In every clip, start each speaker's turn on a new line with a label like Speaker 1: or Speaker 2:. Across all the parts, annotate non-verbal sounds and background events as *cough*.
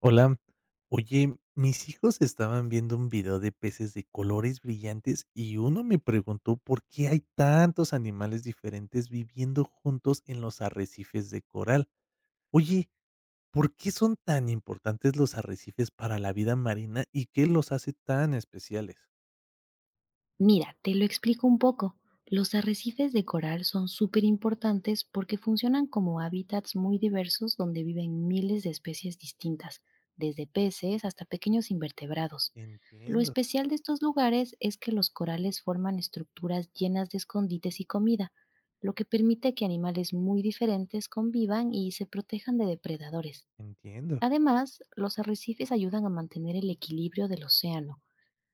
Speaker 1: Hola. Oye, mis hijos estaban viendo un video de peces de colores brillantes y uno me preguntó por qué hay tantos animales diferentes viviendo juntos en los arrecifes de coral. Oye, ¿por qué son tan importantes los arrecifes para la vida marina y qué los hace tan especiales?
Speaker 2: Mira, te lo explico un poco. Los arrecifes de coral son súper importantes porque funcionan como hábitats muy diversos donde viven miles de especies distintas, desde peces hasta pequeños invertebrados. Lo
Speaker 1: Entiendo,
Speaker 2: especial de estos lugares es que los corales forman estructuras llenas de escondites y comida, lo que permite que animales muy diferentes convivan y se protejan de depredadores.
Speaker 1: entiendo.
Speaker 2: Además, los arrecifes ayudan a mantener el equilibrio del océano,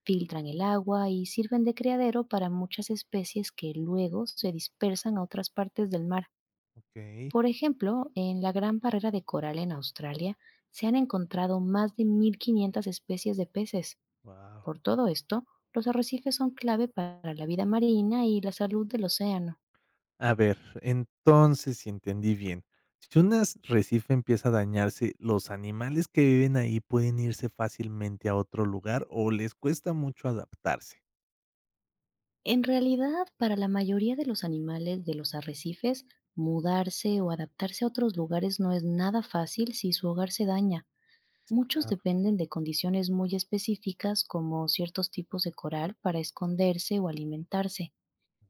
Speaker 2: filtran el agua y sirven de criadero para muchas especies que luego se dispersan a otras partes del mar.
Speaker 1: Ok,
Speaker 2: Por ejemplo, en la Gran Barrera de Coral en Australia se han encontrado más de 1.500 especies de peces.
Speaker 1: wow.
Speaker 2: Por todo esto, los arrecifes son clave para la vida marina y la salud del océano.
Speaker 1: A ver, entonces, si entendí bien, si un recife empieza a dañarse, ¿los animales que viven ahí pueden irse fácilmente a otro lugar o les cuesta mucho adaptarse?
Speaker 2: En realidad, para la mayoría de los animales de los arrecifes, mudarse o adaptarse a otros lugares no es nada fácil si su hogar se daña.
Speaker 1: Sí,
Speaker 2: Muchos
Speaker 1: claro,
Speaker 2: dependen de condiciones muy específicas como ciertos tipos de coral para esconderse o alimentarse.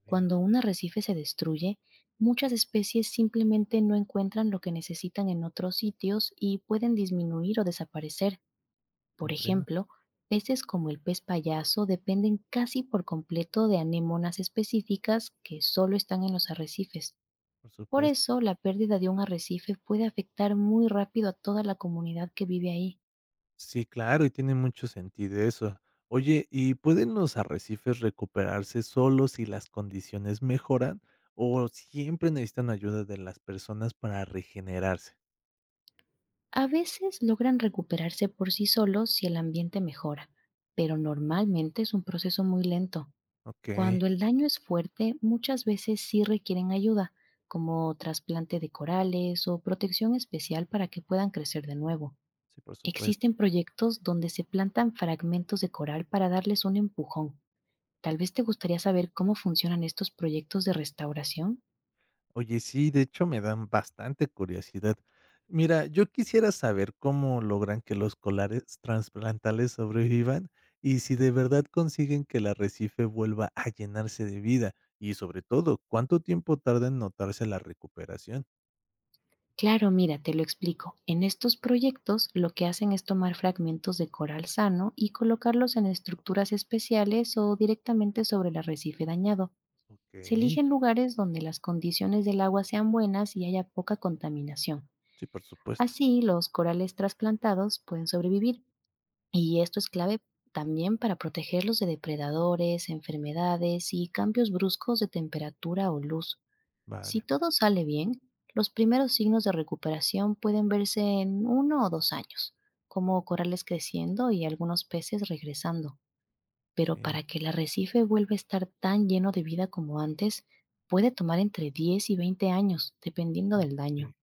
Speaker 1: veo,
Speaker 2: Cuando un arrecife se destruye, muchas especies simplemente no encuentran lo que necesitan en otros sitios y pueden disminuir o desaparecer. Por
Speaker 1: comprendo,
Speaker 2: ejemplo, peces como el pez payaso dependen casi por completo de anémonas específicas que solo están en los arrecifes.
Speaker 1: por
Speaker 2: Por
Speaker 1: supuesto.
Speaker 2: eso, la pérdida de un arrecife puede afectar muy rápido a toda la comunidad que vive ahí.
Speaker 1: Sí, claro, y tiene mucho sentido eso. Oye, ¿y pueden los arrecifes recuperarse solos si las condiciones mejoran o siempre necesitan ayuda de las personas para regenerarse?
Speaker 2: A veces logran recuperarse por sí solos si el ambiente mejora, pero normalmente es un proceso muy lento.
Speaker 1: Ok,
Speaker 2: Cuando el daño es fuerte, muchas veces sí requieren ayuda, como trasplante de corales o protección especial para que puedan crecer de nuevo.
Speaker 1: sí, por
Speaker 2: Existen
Speaker 1: supuesto.
Speaker 2: proyectos donde se plantan fragmentos de coral para darles un empujón. Tal vez te gustaría saber cómo funcionan estos proyectos de restauración.
Speaker 1: Oye, sí, de hecho me dan bastante curiosidad. Mira, yo quisiera saber cómo logran que los colares transplantales sobrevivan y si de verdad consiguen que el arrecife vuelva a llenarse de vida y sobre todo, cuánto tiempo tarda en notarse la recuperación.
Speaker 2: Claro, mira, te lo explico. En estos proyectos lo que hacen es tomar fragmentos de coral sano y colocarlos en estructuras especiales o directamente sobre el arrecife dañado.
Speaker 1: Ok,
Speaker 2: Se eligen lugares donde las condiciones del agua sean buenas y haya poca contaminación.
Speaker 1: sí, por supuesto.
Speaker 2: Así, los corales trasplantados pueden sobrevivir, y esto es clave también para protegerlos de depredadores, enfermedades y cambios bruscos de temperatura o luz. Si
Speaker 1: Vale,
Speaker 2: todo sale bien, los primeros signos de recuperación pueden verse en uno o dos años, como corales creciendo y algunos peces regresando. Pero
Speaker 1: sí,
Speaker 2: para que el arrecife vuelva a estar tan lleno de vida como antes, puede tomar entre 10 y 20 años, dependiendo del
Speaker 1: incre-
Speaker 2: daño.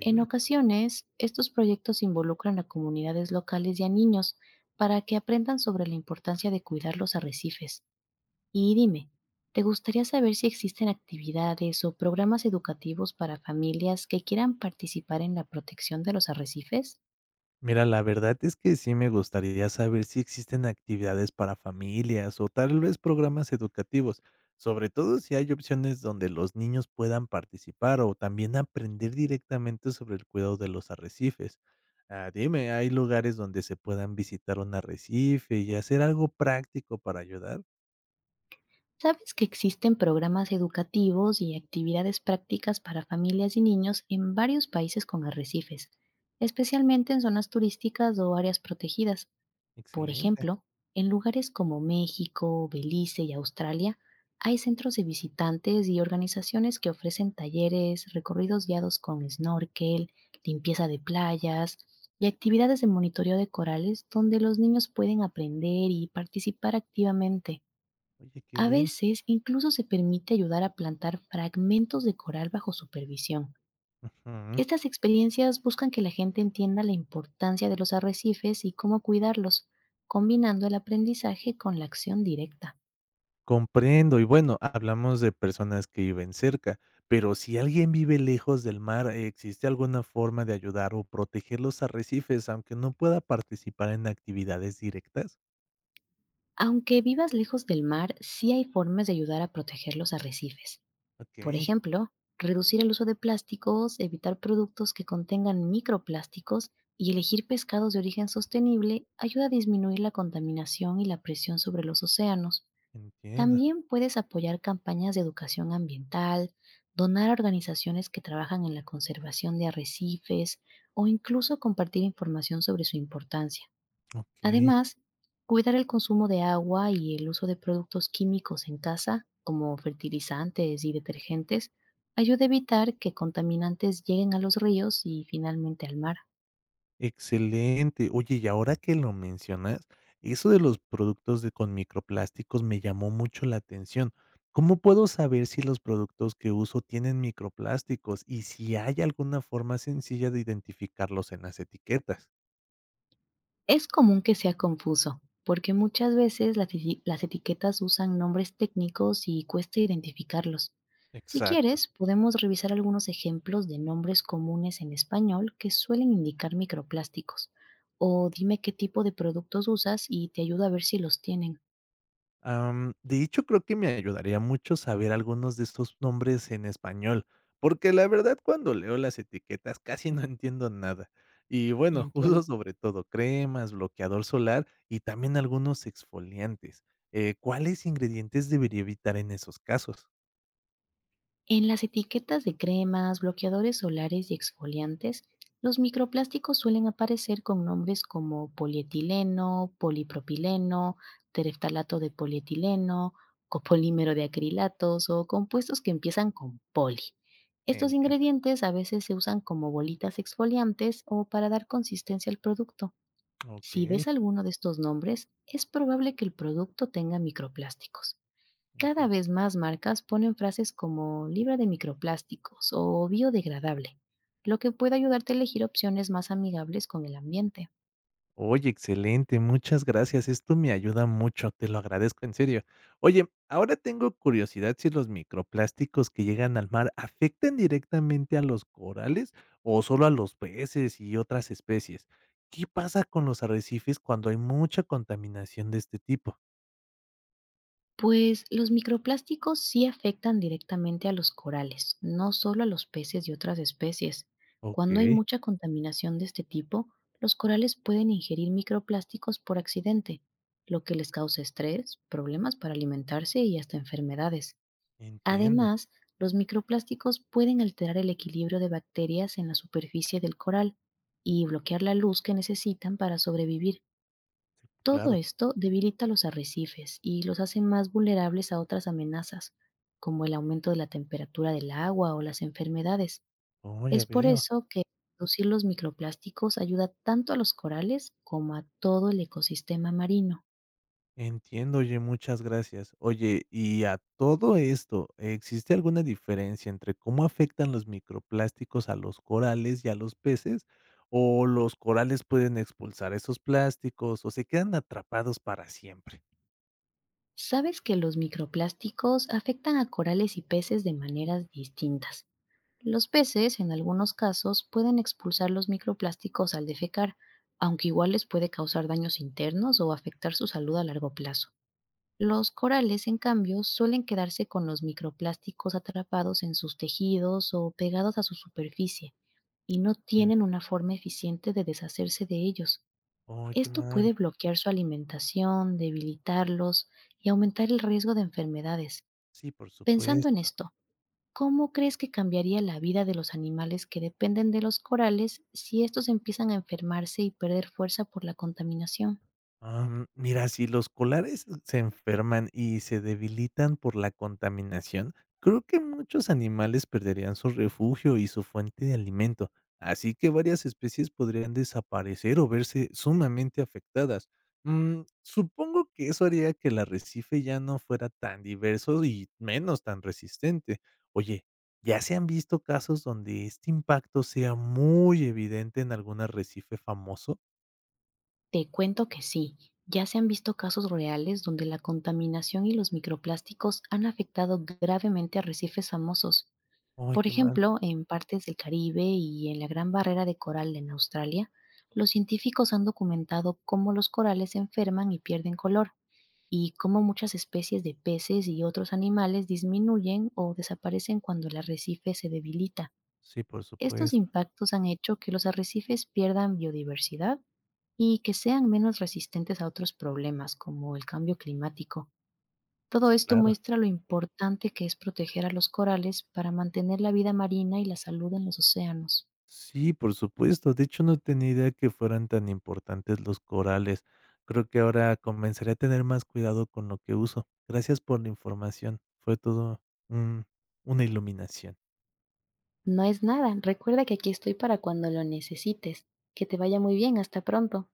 Speaker 2: En ocasiones, estos proyectos involucran a comunidades locales y a niños para que aprendan sobre la importancia de cuidar los arrecifes. Y dime, ¿te gustaría saber si existen actividades o programas educativos para familias que quieran participar en la protección de los arrecifes?
Speaker 1: Mira, la verdad es que sí me gustaría saber si existen actividades para familias o tal vez programas educativos, sobre todo si hay opciones donde los niños puedan participar o también aprender directamente sobre el cuidado de los arrecifes. Ah, dime, ¿hay lugares donde se puedan visitar un arrecife y hacer algo práctico para ayudar?
Speaker 2: ¿Sabes que existen programas educativos y actividades prácticas para familias y niños en varios países con arrecifes, especialmente en zonas turísticas o áreas protegidas? Por
Speaker 1: Excelente.
Speaker 2: ejemplo, en lugares como México, Belice y Australia, hay centros de visitantes y organizaciones que ofrecen talleres, recorridos guiados con snorkel, limpieza de playas y actividades de monitoreo de corales donde los niños pueden aprender y participar activamente.
Speaker 1: Oye, qué
Speaker 2: A
Speaker 1: bien.
Speaker 2: veces incluso se permite ayudar a plantar fragmentos de coral bajo supervisión.
Speaker 1: Ujú.
Speaker 2: Estas experiencias buscan que la gente entienda la importancia de los arrecifes y cómo cuidarlos, combinando el aprendizaje con la acción directa.
Speaker 1: Comprendo. Y bueno, hablamos de personas que viven cerca, pero si alguien vive lejos del mar, ¿existe alguna forma de ayudar o proteger los arrecifes, aunque no pueda participar en actividades directas?
Speaker 2: Aunque vivas lejos del mar, sí hay formas de ayudar a proteger los arrecifes.
Speaker 1: Ok,
Speaker 2: Por ejemplo, reducir el uso de plásticos, evitar productos que contengan microplásticos y elegir pescados de origen sostenible ayuda a disminuir la contaminación y la presión sobre los océanos.
Speaker 1: entiendo.
Speaker 2: También puedes apoyar campañas de educación ambiental, donar a organizaciones que trabajan en la conservación de arrecifes o incluso compartir información sobre su importancia.
Speaker 1: Ok.
Speaker 2: Además, cuidar el consumo de agua y el uso de productos químicos en casa, como fertilizantes y detergentes, ayuda a evitar que contaminantes lleguen a los ríos y finalmente al mar.
Speaker 1: Excelente. Oye, y ahora que lo mencionas, eso de los productos de con microplásticos me llamó mucho la atención. ¿Cómo puedo saber si los productos que uso tienen microplásticos y si hay alguna forma sencilla de identificarlos en las etiquetas?
Speaker 2: Es común que sea confuso, porque muchas veces las, las etiquetas usan nombres técnicos y cuesta identificarlos. Si
Speaker 1: Exacto.
Speaker 2: quieres, podemos revisar algunos ejemplos de nombres comunes en español que suelen indicar microplásticos. O dime qué tipo de productos usas y te ayudo a ver si los tienen.
Speaker 1: De hecho, creo que me ayudaría mucho saber algunos de estos nombres en español, porque la verdad cuando leo las etiquetas casi no entiendo nada. Y bueno, *laughs* uso
Speaker 2: Entiendo.
Speaker 1: sobre todo cremas, bloqueador solar y también algunos exfoliantes. ¿Cuáles ingredientes debería evitar en esos casos?
Speaker 2: En las etiquetas de cremas, bloqueadores solares y exfoliantes, los microplásticos suelen aparecer con nombres como polietileno, polipropileno, tereftalato de polietileno, copolímero de acrilatos o compuestos que empiezan con poli. Estos
Speaker 1: Entiendo.
Speaker 2: ingredientes a veces se usan como bolitas exfoliantes o para dar consistencia al producto.
Speaker 1: Ok,
Speaker 2: Si ves alguno de estos nombres, es probable que el producto tenga microplásticos. Cada
Speaker 1: entiendo.
Speaker 2: vez más marcas ponen frases como libra de microplásticos o biodegradable, lo que puede ayudarte a elegir opciones más amigables con el ambiente.
Speaker 1: Oye, excelente, muchas gracias. Esto me ayuda mucho, te lo agradezco en serio. Oye, ahora tengo curiosidad si los microplásticos que llegan al mar afectan directamente a los corales o solo a los peces y otras especies. ¿Qué pasa con los arrecifes cuando hay mucha contaminación de este tipo?
Speaker 2: Pues los microplásticos sí afectan directamente a los corales, no solo a los peces y otras especies.
Speaker 1: Ok,
Speaker 2: Cuando hay mucha contaminación de este tipo, los corales pueden ingerir microplásticos por accidente, lo que les causa estrés, problemas para alimentarse y hasta enfermedades.
Speaker 1: entiendo,
Speaker 2: Además, los microplásticos pueden alterar el equilibrio de bacterias en la superficie del coral y bloquear la luz que necesitan para sobrevivir. Todo
Speaker 1: claro.
Speaker 2: esto debilita los arrecifes y los hace más vulnerables a otras amenazas, como el aumento de la temperatura del agua o las enfermedades.
Speaker 1: Oh, ya
Speaker 2: Es por
Speaker 1: veo.
Speaker 2: eso que reducir los microplásticos ayuda tanto a los corales como a todo el ecosistema marino.
Speaker 1: Entiendo, oye, muchas gracias. Oye, y a todo esto, ¿existe alguna diferencia entre cómo afectan los microplásticos a los corales y a los peces? ¿O los corales pueden expulsar esos plásticos o se quedan atrapados para siempre?
Speaker 2: ¿Sabes que los microplásticos afectan a corales y peces de maneras distintas? Los peces, en algunos casos, pueden expulsar los microplásticos al defecar, aunque igual les puede causar daños internos o afectar su salud a largo plazo. Los corales, en cambio, suelen quedarse con los microplásticos atrapados en sus tejidos o pegados a su superficie y no
Speaker 1: Eh,
Speaker 2: tienen una forma eficiente de deshacerse de ellos.
Speaker 1: ¡Ay, qué
Speaker 2: Esto
Speaker 1: mal!
Speaker 2: puede bloquear su alimentación, debilitarlos y aumentar el riesgo de enfermedades.
Speaker 1: Sí, por
Speaker 2: Pensando en
Speaker 1: supuesto.
Speaker 2: esto, ¿cómo crees que cambiaría la vida de los animales que dependen de los corales si estos empiezan a enfermarse y perder fuerza por la contaminación?
Speaker 1: Mira, si los colares se enferman y se debilitan por la contaminación, creo que muchos animales perderían su refugio y su fuente de alimento, así que varias especies podrían desaparecer o verse sumamente afectadas. Mm, supongo que eso haría que el arrecife ya no fuera tan diverso y menos tan resistente. Oye, ¿ya se han visto casos donde este impacto sea muy evidente en algún arrecife famoso?
Speaker 2: Te cuento que sí. Ya se han visto casos reales donde la contaminación y los microplásticos han afectado gravemente a arrecifes famosos.
Speaker 1: Ay,
Speaker 2: Por
Speaker 1: qué mal.
Speaker 2: ejemplo, en partes del Caribe y en la Gran Barrera de Coral en Australia, los científicos han documentado cómo los corales se enferman y pierden color y cómo muchas especies de peces y otros animales disminuyen o desaparecen cuando el arrecife se debilita.
Speaker 1: Sí, por
Speaker 2: Estos
Speaker 1: supuesto.
Speaker 2: impactos han hecho que los arrecifes pierdan biodiversidad y que sean menos resistentes a otros problemas como el cambio climático.
Speaker 1: Sí,
Speaker 2: Todo esto
Speaker 1: claro.
Speaker 2: muestra lo importante que es proteger a los corales para mantener la vida marina y la salud en los océanos.
Speaker 1: Sí, por supuesto. De hecho, no tenía idea que fueran tan importantes los corales. Creo que ahora comenzaré a tener más cuidado con lo que uso. Gracias por la información. Fue todo un una iluminación.
Speaker 2: No es nada, recuerda que aquí estoy para cuando lo necesites. Que te vaya muy bien, hasta pronto.